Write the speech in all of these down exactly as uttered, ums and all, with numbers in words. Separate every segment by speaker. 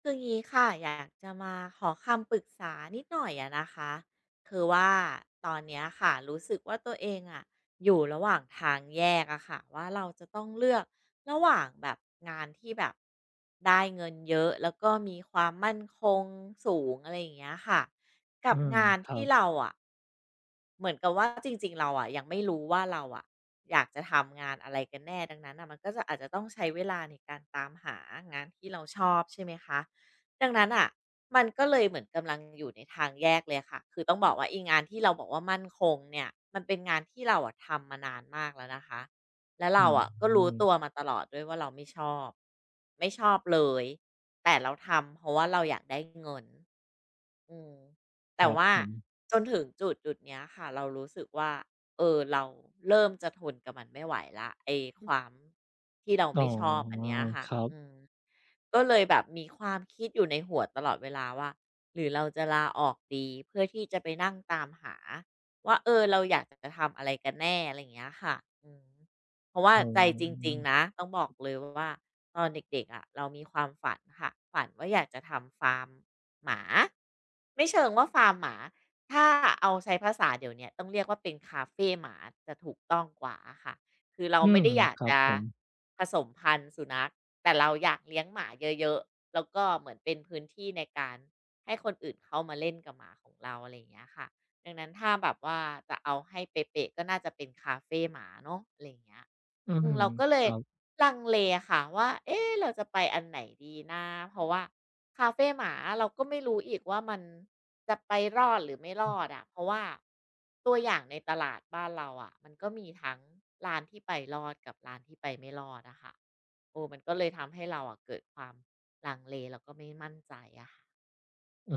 Speaker 1: คืองี้ค่ะอยากจะมาขอคำปรึกษานิดหน่อยอะนะคะคือว่าตอนเนี้ยค่ะรู้สึกว่าตัวเองอะอยู่ระหว่างทางแยกอะค่ะว่าเราจะต้องเลือกระหว่างแบบงานที่แบบได้เงินเยอะแล้วก็มีความมั่นคงสูงอะไรอย่างเงี้ยค่ะกั
Speaker 2: อื
Speaker 1: บ
Speaker 2: ม
Speaker 1: งาน
Speaker 2: ครั
Speaker 1: ที่
Speaker 2: บ
Speaker 1: เราอะเหมือนกับว่าจริงๆเราอะยังไม่รู้ว่าเราอะอยากจะทำงานอะไรกันแน่ดังนั้นนะมันก็จะอาจจะต้องใช้เวลาในการตามหางานที่เราชอบใช่ไหมคะ ดังนั้นอะมันก็เลยเหมือนกำลังอยู่ในทางแยกเลยค่ะคือต้องบอกว่าอีงานที่เราบอกว่ามั่นคงเนี่ยมันเป็นงานที่เราอะทำมานานมากแล้วนะคะแล้ว
Speaker 2: อื
Speaker 1: เราอะก็รู้
Speaker 2: ม
Speaker 1: ตัวมาตลอดด้วยว่าเราไม่ชอบไม่ชอบเลยแต่เราทำเพราะว่าเราอยากได้เงินอืม
Speaker 2: ค
Speaker 1: แต่
Speaker 2: รับ
Speaker 1: ว่า
Speaker 2: ผม
Speaker 1: จนถึงจุดจุดเนี้ยค่ะเรารู้สึกว่า เออเราเริ่มจะทนกับมันไม่ไหวแล้วไอ้ความที่เรา
Speaker 2: อ๋อ
Speaker 1: ไม่ชอบอันเนี้ยค่ะ
Speaker 2: ครั
Speaker 1: อื
Speaker 2: บ
Speaker 1: มก็เลยแบบมีความคิดอยู่ในหัวตลอดเวลาว่าหรือเราจะลาออกดีเพื่อที่จะไปนั่งตามหาว่าเออเราอยากจะทำอะไรกันแน่อะไรอย่างเงี้ยค่ะอืมเพราะว่า
Speaker 2: อ๋
Speaker 1: ใจจริ
Speaker 2: อ
Speaker 1: งๆนะต้องบอกเลยว่าตอนเด็กๆอะเรามีความฝันค่ะฝันว่าอยากจะทำฟาร์มหมาไม่เชิงว่าฟาร์มหมา ถ้าเอาใช้ภาษาเดี๋ยวเนี้ยต้องเรียกว่าเป็นคาเฟหมาจะถูกต้องกว่าอะค่ะคือเรา
Speaker 2: อื
Speaker 1: ไม่
Speaker 2: ม
Speaker 1: ได้อยาก
Speaker 2: ครับ
Speaker 1: จะ
Speaker 2: ผม
Speaker 1: ผสมพันธุ์สุนัขแต่เราอยากเลี้ยงหมาเยอะๆแล้วก็เหมือนเป็นพื้นที่ในการให้คนอื่นเข้ามาเล่นกับหมาของเราอะไรอย่างเงี้ยค่ะ ดังนั้นถ้าแบบว่าจะเอาให้เป๊ะๆก็น่าจะเป็นคาเฟหมาเนาะอะไรอย่างเงี้ย
Speaker 2: อื
Speaker 1: อื
Speaker 2: ม
Speaker 1: มเราก็
Speaker 2: ค
Speaker 1: เลย
Speaker 2: รับ
Speaker 1: ลังเลค่ะว่าเอ๊ะเราจะไปอันไหนดีนะ เพราะว่าคาเฟหมาเราก็ไม่รู้อีกว่ามันจะไปรอดหรือไม่รอดอะะเพราะว่าตัวอย่างในตลาดบ้านเราอะะมันก็มีทั้งร้านที่ไปรอดกับร้านที่ไปไม่รอดนะคะโอ้มันก็เลยทำให้เราอะะเกิดความลังเลแล้วก็ไม่มั่นใจอะค่ะ
Speaker 2: อื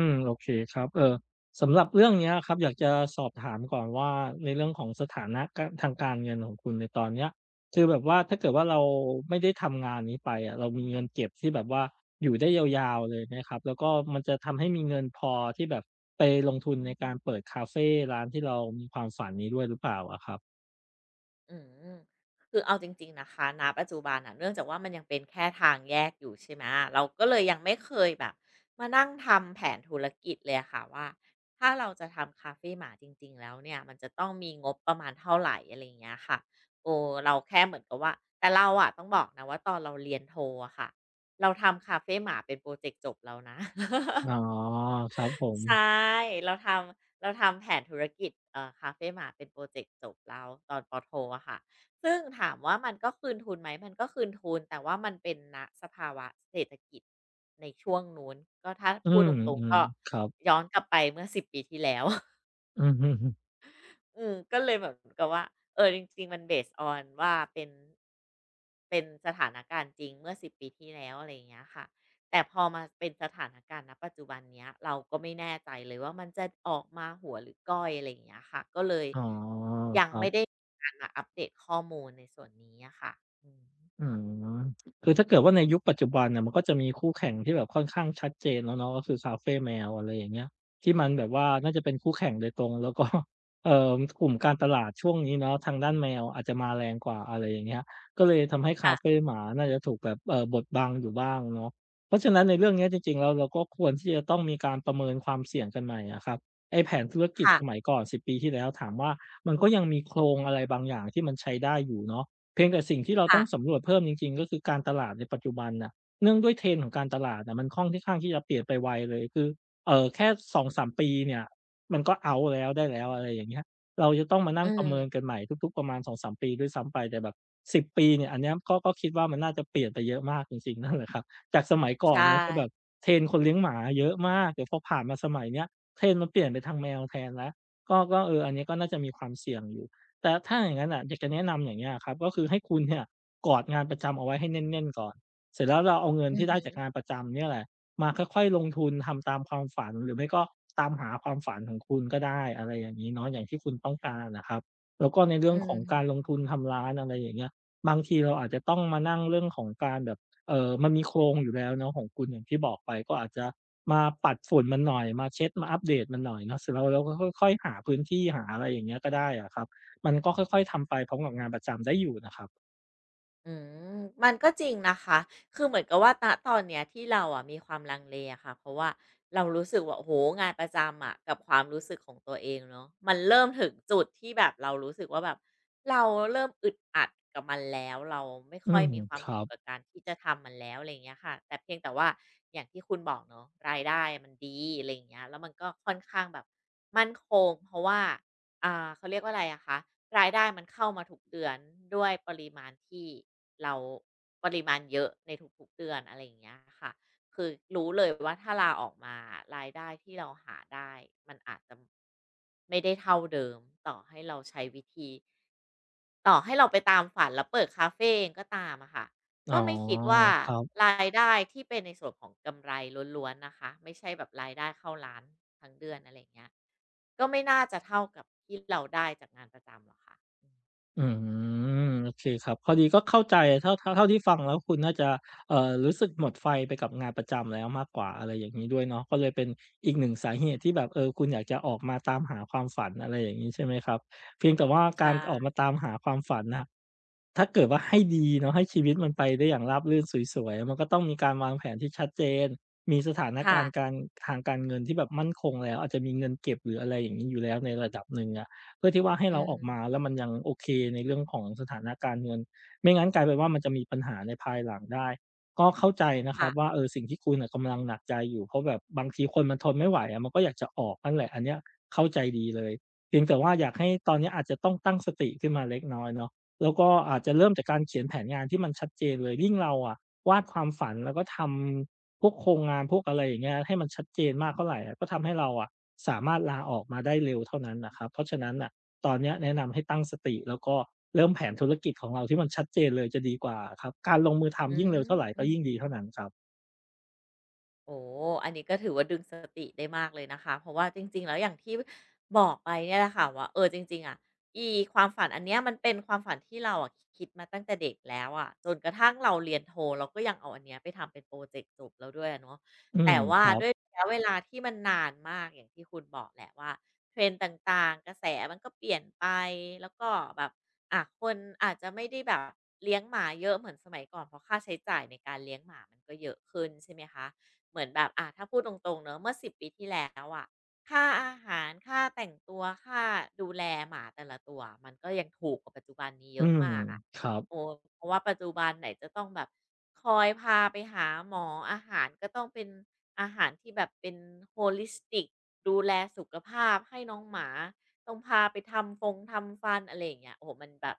Speaker 2: มโอเคครับเอ่อสำหรับเรื่องเนี้ยครับอยากจะสอบถามก่อนว่าในเรื่องของสถานะกทางการเงินของคุณในตอนเนี้ยคือแบบว่าถ้าเกิดว่าเราไม่ได้ทำงานนี้ไปอะเรามีเงินเก็บที่แบบว่าอยู่ได้ยาวๆเลยไหมครับแล้วก็มันจะทำให้มีเงินพอที่แบบไปลงทุนในการเปิดคาเฟร้านที่เรามีความฝันนี้ด้วยหรือเปล่าอะครับ
Speaker 1: อืมคือเอาจริงๆนะคะณปัจจุบันอ่ะเนื่องจากว่ามันยังเป็นแค่ทางแยกอยู่ใช่ไหมเราก็เลยยังไม่เคยแบบมานั่งทำแผนธุรกิจเลยอะค่ะว่าถ้าเราจะทำคาเฟหมาจริงๆแล้วเนี่ยมันจะต้องมีงบประมาณเท่าไหรอะไรอย่างเงี้ยค่ะเอ้เราแค่เหมือนกับว่าแต่เราอะต้องบอกนะว่าตอนเราเรียนโทอะค่ะเราทำคาเฟหมาเป็นโปรเจกต์จบแล้วนะ
Speaker 2: อ๋อครับผม
Speaker 1: ใช่เราทำ เราทำแผนธุรกิจเอ่อคาเฟหมาเป็นโปรเจกต์จบเราตอนปอโทอะค่ะ ซึ่งถามว่ามันก็คืนทุนไหม มันก็คืนทุนแต่ว่ามันเป็นณสภาวะเศรษฐกิจในช่วงนู้น ก็ถ้า
Speaker 2: อื
Speaker 1: พูดต
Speaker 2: ม
Speaker 1: รงๆก็
Speaker 2: ๆครับ
Speaker 1: ย้อนกลับไปเมื่อสิบปีที่แล้ว
Speaker 2: อือฮึ
Speaker 1: เออก็เลยเหมือนกับว่าเออจริงๆมัน based on ว่าเป็นเป็นสถานการณ์จริงเมื่อสิบปีที่แล้วอะไรอย่างเงี้ยค่ะแต่พอมาเป็นสถานการณ์ณปัจจุบันเนี้ยเราก็ไม่แน่ใจเลยว่ามันจะออกมาหัวหรือก้อยอะไรอย่างเงี้ยค่ะก็เลย
Speaker 2: อ๋อ
Speaker 1: ยัง
Speaker 2: ครั
Speaker 1: ไม่ได้
Speaker 2: บ
Speaker 1: มีการมาอัปเดตข้อมูลในส่วนนี้อะค่ะอืม
Speaker 2: อืมคือถ้าเกิดว่าในยุคปัจจุบันน่ะมันก็จะมีคู่แข่งที่แบบค่อนข้างชัดเจนแล้วเนาะก็คือคาเฟแมวอะไรอย่างเงี้ยที่มันแบบว่าน่าจะเป็นคู่แข่งโดยตรงแล้วก็ เอ่อกลุ่มการตลาดช่วงนี้เนาะทางด้านแมวอาจจะมาแรงกว่าอะไรอย่างเงี้ยก็เลยทำให้คา
Speaker 1: ค่ะ
Speaker 2: เฟหมาน่าจะถูกแบบเอ่อบดบังอยู่บ้างเนาะเพราะฉะนั้นในเรื่องเนี้ยจริงๆแล้วเราก็ควรที่จะต้องมีการประเมินความเสี่ยงกันใหม่อะครับไอ้แผนธุรกิจ
Speaker 1: ค่ะ
Speaker 2: สมัยก่อนสิบปีที่แล้วถามว่ามันก็ยังมีโครงอะไรบางอย่างที่มันใช้ได้อยู่เนาะ เพียงแต่สิ่งที่เรา
Speaker 1: ค่ะ
Speaker 2: ต้องสำรวจเพิ่มจริงๆก็คือการตลาดในปัจจุบันน่ะเนื่องด้วย trend ของการตลาดน่ะมันค่อนข้างที่จะเปลี่ยนไปไวเลยคือเอ่อแค่สองถึงสามปีปีเนี่ยมันก็ out แล้วได้แล้วอะไรอย่างเงี้ยเราจะต้องมา
Speaker 1: อื
Speaker 2: นั่งประเมินกัน
Speaker 1: ม
Speaker 2: ใหม่ทุกๆประมาณสองสามปีด้วยซ้ำไปแต่แบบสิบปีเนี่ยอันเนี้ยก็ก็คิดว่ามันน่าจะเปลี่ยนไปเยอะมากจริงๆนั่นแหละครับจากสมัยก่อ
Speaker 1: ใช่
Speaker 2: นเนาะคือแบบ trend คนเลี้ยงหมาเยอะมากแต่พอผ่านมาสมัยเนี้ย trend มันเปลี่ยนไปทางแมวแทนแล้วก็ก็เอออันนี้ก็น่าจะมีความเสี่ยงอยู่ แต่ถ้าอย่างนั้นอ่ะอยากจะแนะนำอย่างเงี้ยครับก็คือให้คุณเนี่ยกอดงานประจำเอาไว้ให้แน่นๆก่อนเสร็จแล้วเราเอาเงิน
Speaker 1: อือ
Speaker 2: ที่ได้จา
Speaker 1: ฮึ
Speaker 2: กงานประจำเนี่ยแหละมาค่อยๆลงทุนทำตามความฝันหรือไม่ก็ตามหาความฝันของคุณก็ได้อะไรอย่างนี้เนาะอย่างที่คุณต้องการนะครับแล้วก็ในเรื่
Speaker 1: อื
Speaker 2: องของกา
Speaker 1: ม
Speaker 2: รลงทุนทำร้านอะไรอย่างเงี้ยบางทีเราอาจจะต้องมานั่งเรื่องของการแบบเออมันมีโครงอยู่แล้วเนาะของคุณอย่างที่บอกไปก็อาจจะมาปัดฝุ่นมันหน่อยมาเช็ดมาอัปเดตมันหน่อยเนาะเสร็จแล้วเราก็ค่อยๆหาพื้นที่หาอะไรอย่างเงี้ยก็ได้อะครับ มันก็ค่อยๆทำไปพร้อมกับงานประจำได้อยู่นะครับ
Speaker 1: อืมมันก็จริงนะคะ คือเหมือนกับว่าณตอนเนี้ยที่เราอะมีความลังเลอะค่ะเพราะว่าเรารู้สึกว่าโอ้โหงานประจำอะกับความรู้สึกของตัวเองเนาะมันเริ่มถึงจุดที่แบบเรารู้สึกว่าแบบเราเริ่มอึดอัดกับมันแล้วเราไม่
Speaker 2: อื
Speaker 1: ค่อย
Speaker 2: ม
Speaker 1: มีควา
Speaker 2: ค
Speaker 1: ม
Speaker 2: รั
Speaker 1: สุข
Speaker 2: บ
Speaker 1: กับการที่จะทำมันแล้วอะไรอย่างเงี้ยค่ะแต่เพียงแต่ว่าอย่างที่คุณบอกเนาะรายได้มันดีอะไรอย่างเงี้ยแล้วมันก็ค่อนข้างแบบมั่นคงเพราะว่า อ่าเขาเรียกว่าอะไรอะคะรายได้มันเข้ามาทุกเดือนด้วยปริมาณที่เราปริมาณเยอะในทุกๆเดือนอะไรอย่างเงี้ยค่ะคือรู้เลยว่าถ้าลาออกมารายได้ที่เราหาได้มันอาจจะไม่ได้เท่าเดิมต่อให้เราใช้วิธี ต่อให้เราไปตามฝันแล้วเปิดคาเฟเองก็ตามอะค่ะ
Speaker 2: อ๋
Speaker 1: ก็
Speaker 2: อ
Speaker 1: ไม่คิดว่า
Speaker 2: ครับ
Speaker 1: รายได้ที่เป็นในส่วนของกำไรล้วนๆนะคะไม่ใช่แบบรายได้เข้าร้านทั้งเดือนอะไรอย่างเงี้ยก็ไม่น่าจะเท่ากับที่เราได้จากงานประจำหรอกค่ะอืม
Speaker 2: อืมโอเคครับพอดีก็เข้าใจเท่าเท่าเท่าที่ฟังแล้วคุณน่าจะเอ่อรู้สึกหมดไฟไปกับงานประจำแล้วมากกว่าอะไรอย่างงี้ด้วยเนาะก็เลยเป็นอีกหนึ่งสาเหตุที่แบบเออคุณอยากจะออกมาตามหาความฝันอะไรอย่างงี้ใช่ไหมครับเพียงแต่ว่า
Speaker 1: ใช
Speaker 2: การออกมา
Speaker 1: ่
Speaker 2: ตามหาความฝันน่ะ ถ้าเกิดว่าให้ดีเนาะให้ชีวิตมันไปได้อย่างราบรื่นสวยๆมันก็ต้องมีการวางแผนที่ชัดเจนมีสถาน
Speaker 1: ค่ะ
Speaker 2: การณ์การทางการเงินที่แบบมั่นคงแล้วอาจจะมีเงินเก็บหรืออะไรอย่างงี้อยู่แล้วในระดับหนึ่งอะเพื่อที่ว่าให้
Speaker 1: อื
Speaker 2: เรา
Speaker 1: ม
Speaker 2: ออกมาแล้วมันยังโอเคในเรื่องของสถานการณ์เงินไม่งั้นกลายเป็นว่ามันจะมีปัญหาในภายหลังได้ก็เข้าใจนะครั
Speaker 1: ค่ะ
Speaker 2: บว่าเออสิ่งที่คุณน่ะกำลังหนักใจอยู่เพราะแบบบางทีคนมันทนไม่ไหวอะมันก็อยากจะออกนั่นแหละอันเนี้ยเข้าใจดีเลยเพียงแต่ว่าอยากให้ตอนเนี้ยอาจจะต้องตั้งสติขึ้นมาเล็กน้อยเนาะ แล้วก็อาจจะเริ่มจากการเขียนแผนงานที่มันชัดเจนเลยยิ่งเราอะวาดความฝันแล้วก็ทำพวกโครงงานพวกอะไรอย่างเงี้ยให้มันชัดเจนมากเท่าไรอะก็ทำให้เราอะสามารถลาออกมาได้เร็วเท่านั้นน่ะครับเพราะฉะนั้นน่ะตอนเนี้ยแนะนำให้ตั้งสติแล้วก็เริ่มแผนธุรกิจของเราที่มันชัดเจนเลยจะดีกว่าอะครับการลงมือ
Speaker 1: อื
Speaker 2: ทำยิ่
Speaker 1: ม
Speaker 2: งเร็วเท่าไร
Speaker 1: อื
Speaker 2: ก็ยิ่งดี
Speaker 1: ม
Speaker 2: เท่านั้นครับ
Speaker 1: โอ้อันนี้ก็ถือว่าดึงสติได้มากเลยนะคะ เพราะว่าจริงๆ แล้วอย่างที่บอกไปเนี่ยแหละค่ะว่าเออจริงๆอะอีความฝันอันเนี้ยมันเป็นความฝันที่เราอะคิดมาตั้งแต่เด็กแล้วอะจนกระทั่งเราเรียนโทเราก็ยังเอาอันเนี้ยไปทำเป็นโปรเจกต์จบแล้วด้วยอะเนาะ
Speaker 2: อืม
Speaker 1: แต่ว่า
Speaker 2: ครั
Speaker 1: ด้วย
Speaker 2: บ
Speaker 1: ระยะเวลาที่มันนานมากอย่างที่คุณบอกแหละว่า t ร e ด์ต่างๆกระแสมันก็เปลี่ยนไปแล้วก็แบบอะคนอาจจะไม่ได้แบบเลี้ยงหมาเยอะเหมือนสมัยก่อนเพราะค่าใช้จ่ายในการเลี้ยงหมามันก็เยอะขึ้นใช่ไหมคะ เหมือนแบบอ่ะถ้าพูดตรงๆเนอะเมื่อสิบปีที่แล้วอะค่าอาหารค่าแต่งตัวค่าดูแลหมาแต่ละตัวมันก็ยังถูกกว่าปัจจุบันนี้เย
Speaker 2: อื
Speaker 1: อะ
Speaker 2: ม
Speaker 1: มากอะ
Speaker 2: ครับ
Speaker 1: โอ้เพราะว่าปัจจุบันไหนจะต้องแบบคอยพาไปหาหมออาหารก็ต้องเป็นอาหารที่แบบเป็นโฮลิสติกดูแลสุขภาพให้น้องหมา ต้องพาไปทำฟงทำฟันอะไรอย่างเงี้ยโอ้โฮมันแบบ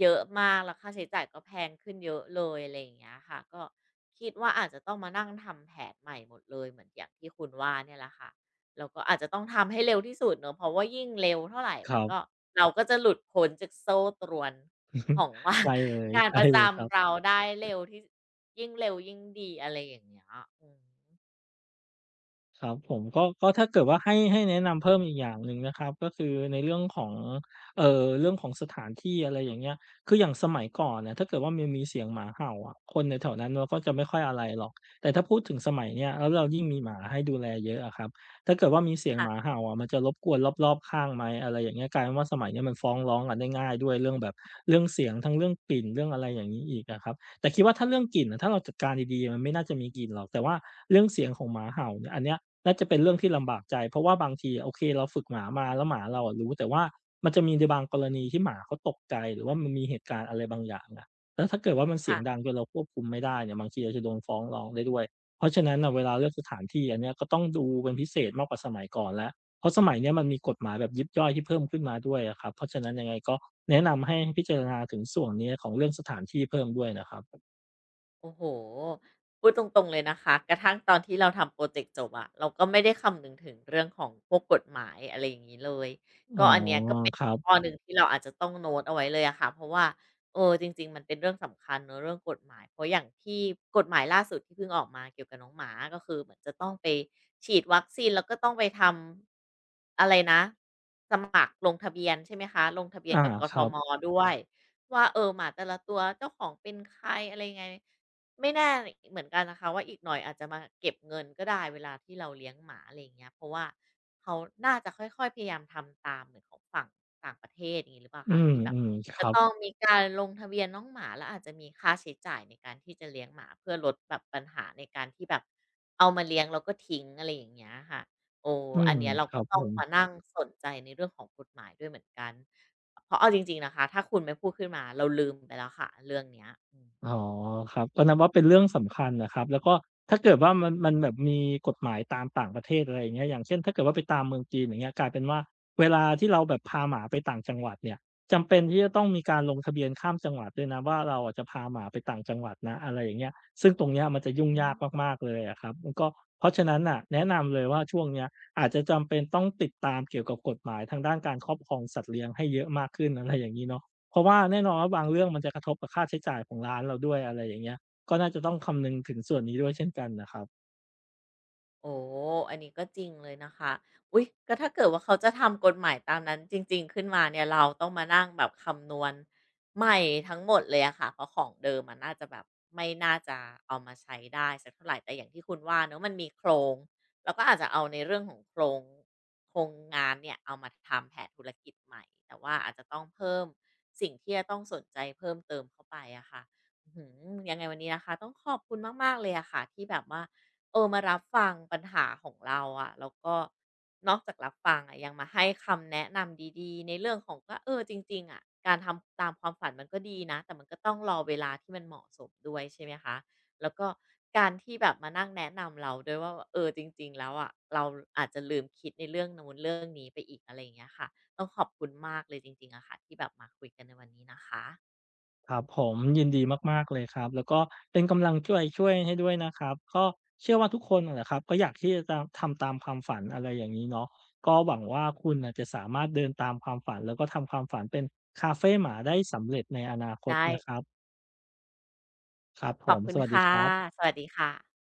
Speaker 1: เยอะมากแล้วค่าใช้จ่ายก็แพงขึ้นเยอะเลยอะไรอย่างเงี้ยค่ะก็คิดว่าอาจจะต้องมานั่งทำแผนใหม่หมดเลยเหมือนอย่างที่คุณว่าเนี่ยแหละค่ะแล้วก็อาจจะต้องทำให้เร็วที่สุดเนาะเพราะว่ายิ่งเร็วเท่าไร
Speaker 2: ค
Speaker 1: มั
Speaker 2: รั
Speaker 1: นก็
Speaker 2: บ
Speaker 1: เราก็จะหลุดพ้นจากโซ่ตรวนของ ว่า
Speaker 2: ใช่เลย
Speaker 1: งานป
Speaker 2: ใช่
Speaker 1: ระ
Speaker 2: เลยครั
Speaker 1: จำ
Speaker 2: บ
Speaker 1: เราได้เร็วที่ยิ่งเร็วยิ่งดีอะไรอย่างเงี้ยอืม
Speaker 2: ครับผมก็ก็ถ้าเกิดว่าให้ให้แนะนำเพิ่มอีกอย่างหนึ่งนะครับก็คือในเรื่องของเอ่อเรื่องของสถานที่อะไรอย่างเงี้ยคืออย่างสมัยก่อนเนี่ยถ้าเกิดว่ามันมีเสียงหมาเห่าอะคนแถวๆนั้นเนาะก็จะไม่ค่อยอะไรหรอกแต่ถ้าพูดถึงสมัยเนี้ยแล้วเรายิ่งมีหมาให้ดูแลเยอะอะครับถ้าเกิดว่ามีเสียงหมา
Speaker 1: ค่ะ
Speaker 2: เห่าอะมันจะรบกวนรอบๆข้างไหมอะไรอย่างเงี้ยกลายเป็นว่าสมัยเนี้ยมันฟ้องร้องกันได้ง่ายด้วยเรื่องแบบเรื่องเสียงทั้งเรื่องกลิ่นเรื่องอะไรอย่างงี้อีกอะครับแต่คิดว่าถ้าเรื่องกลิ่นอะถ้าเราจัดการดีๆมันไม่น่าจะมีกลิ่นหรอกแต่ว่าเรื่องเสียงของหมาเห่าเนี่ยอันเนี้ย น่าจะเป็นเรื่องที่ลำบากใจเพราะว่าบางทีโอเคเราฝึกหมามาแล้วหมาเราอะรู้แต่ว่ามันจะมีในบางกรณีที่หมาเขาตกใจหรือว่ามันมีเหตุการณ์อะไรบางอย่างอะแล้วถ้าเกิดว่ามันเสียง
Speaker 1: ค่ะ
Speaker 2: ดังจนเราควบคุมไม่ได้เนี่ยบางทีเราจะโดนฟ้องร้องได้ด้วยเพราะฉะนั้นน่ะเวลาเลือกสถานที่อันเนี้ยก็ต้องดูเป็นพิเศษมากกว่าสมัยก่อนแล้วเพราะสมัยเนี้ยมันมีกฎหมายแบบยิบย่อยที่เพิ่มขึ้นมาด้วยอะครับเพราะฉะนั้นยังไงก็แนะนำให้พิจารณาถึงส่วนนี้ของเรื่องสถานที่เพิ่มด้วยนะครับ
Speaker 1: โอ้โฮพูดตรงๆเลยนะคะกระทั่งตอนที่เราทำโปรเจกต์จบอะเราก็ไม่ได้คำนึงถึงเรื่องของพวกกฎหมายอะไรอย่างนี้เลย
Speaker 2: อ๋
Speaker 1: ก็
Speaker 2: อ
Speaker 1: อันเนี้ยก็เป็น
Speaker 2: ครั
Speaker 1: ข้อ
Speaker 2: บ
Speaker 1: หนึ่งที่เราอาจจะต้องโน้ตเอาไว้เลยอะค่ะเพราะว่าเออจริงๆมันเป็นเรื่องสำคัญเนอะเรื่องกฎหมายเพราะอย่างที่กฎหมายล่าสุดที่เพิ่งออกมาเกี่ยวกับน้องหมาก็คือเหมือนจะต้องไปฉีดวัคซีนแล้วก็ต้องไปทำอะไรนะสมัครลงทะเบียนใช่ไหมคะลงทะเบียน
Speaker 2: อา
Speaker 1: กับก
Speaker 2: ค
Speaker 1: ท
Speaker 2: รับ
Speaker 1: มด้วยว่าเออหมาแต่ละตัวเจ้าของเป็นใครอะไรยังไง ไม่แน่เหมือนกันนะคะว่าอีกหน่อยอาจจะมาเก็บเงินก็ได้เวลาที่เราเลี้ยงหมาอะไรอย่างเงี้ยเพราะว่าเขาน่าจะค่อยๆพยายามทำตามเหมือนของฝั่งต่างประเทศอย่างนี้หรือเปล่า
Speaker 2: อื
Speaker 1: คะ
Speaker 2: ม
Speaker 1: ที่แบบ
Speaker 2: ๆค
Speaker 1: จะ
Speaker 2: รับ
Speaker 1: ต้องมีการลงทะเบียนน้องหมาแล้วอาจจะมีค่าใช้จ่ายในการที่จะเลี้ยงหมาเพื่อลดแบบปัญหาในการที่แบบเอามาเลี้ยงแล้วก็ทิ้งอะไรอย่างเงี้ยค่ะโอ้
Speaker 2: อื
Speaker 1: อัน
Speaker 2: ม
Speaker 1: เนี้ยเรา
Speaker 2: ครั
Speaker 1: ก็
Speaker 2: บ
Speaker 1: ต้
Speaker 2: ผ
Speaker 1: อง
Speaker 2: ม
Speaker 1: มานั่งสนใจในเรื่องของกฎหมายด้วยเหมือนกันเพราะเอาจริงๆนะคะถ้าคุณไม่พูดขึ้นมาเราลืมไปแล้วค่ะเรื่องเนี้ยอืม
Speaker 2: อ๋อครับก็นับว่าเป็นเรื่องสำคัญนะครับแล้วก็ถ้าเกิดว่ามันมันแบบมีกฎหมายตามต่างประเทศอะไรอย่างเงี้ยอย่างเช่นถ้าเกิดว่าไปตามเมืองจีนอย่างเงี้ยกลายเป็นว่าเวลาที่เราแบบพาหมาไปต่างจังหวัดเนี่ยจำเป็นที่จะต้องมีการลงทะเบียนข้ามจังหวัดด้วยนะว่าเราอะจะพาหมาไปต่างจังหวัดนะอะไรอย่างเงี้ยซึ่งตรงเนี้ยมันจะยุ่งยากมากๆเลยอะครับมันก็เพราะฉะนั้นน่ะแนะนำเลยว่าช่วงเนี้ยอาจจะจำเป็นต้องติดตามเกี่ยวกับกฎหมายทางด้านการครอบครองสัตว์เลี้ยงให้เยอะมากขึ้นอะไรอย่างงี้เนาะ เพราะว่าแน่นอนว่าบางเรื่องมันจะกระทบกับค่าใช้จ่ายของร้านเราด้วยอะไรอย่างเงี้ยก็น่าจะต้องคำนึงถึงส่วนนี้ด้วยเช่นกันนะครับ
Speaker 1: โอ้อันนี้ก็จริงเลยนะคะอุ๊ยก็ถ้าเกิดว่าเขาจะทำกฎหมายตามนั้นจริงๆขึ้นมาเนี่ยเราต้องมานั่งแบบคำนวณใหม่ทั้งหมดเลยอะค่ะเพราะของเดิมมันน่าจะแบบไม่น่าจะเอามาใช้ได้สักเท่าไหรแต่อย่างที่คุณว่าเนอะมันมีโครงเราก็อาจจะเอาในเรื่องของโครงโครงงานเนี่ยเอามาทำแผนธุรกิจใหม่แต่ว่าอาจจะต้องเพิ่มสิ่งที่จะต้องสนใจเพิ่มเติมเข้าไปอะค่ะอื้อฮือยังไงวันนี้นะคะต้องขอบคุณมากๆเลยอะค่ะที่แบบว่า เออมารับฟังปัญหาของเราอะแล้วก็นอกจากรับฟังอะยังมาให้คำแนะนำดีๆในเรื่องของว่าเออจริงๆอะการทำตามความฝันมันก็ดีนะแต่มันก็ต้องรอเวลาที่มันเหมาะสมด้วยใช่ไหมคะแล้วก็การที่แบบมานั่งแนะนำเราด้วยว่าเออจริงๆแล้วอะเราอาจจะลืมคิดในเรื่องนู้นเรื่องนี้ไปอีกอะไรอย่างเงี้ยค่ะต้องขอบคุณมากเลยจริงๆอะค่ะที่แบบมาคุยกันในวันนี้นะคะ
Speaker 2: ครับผมยินดีมากๆเลยครับแล้วก็เป็นกำลังช่วยช่วยให้ด้วยนะครับก็เชื่อว่าทุกคนนั่นแหละครับก็อยากที่จะตามทำตามความฝันอะไรอย่างงี้เนาะก็หวังว่าคุณน่ะจะสามารถเดินตามความฝันแล้วก็ทำความฝันเป็นคาเฟหมาได้สำเร็จในอนาคต
Speaker 1: ได้
Speaker 2: นะครับครับ
Speaker 1: ข
Speaker 2: ผ
Speaker 1: อบ
Speaker 2: ม
Speaker 1: คุ
Speaker 2: ส
Speaker 1: ณ
Speaker 2: วัสดี
Speaker 1: ค่ะ
Speaker 2: ครับ
Speaker 1: สวัสดีค่ะ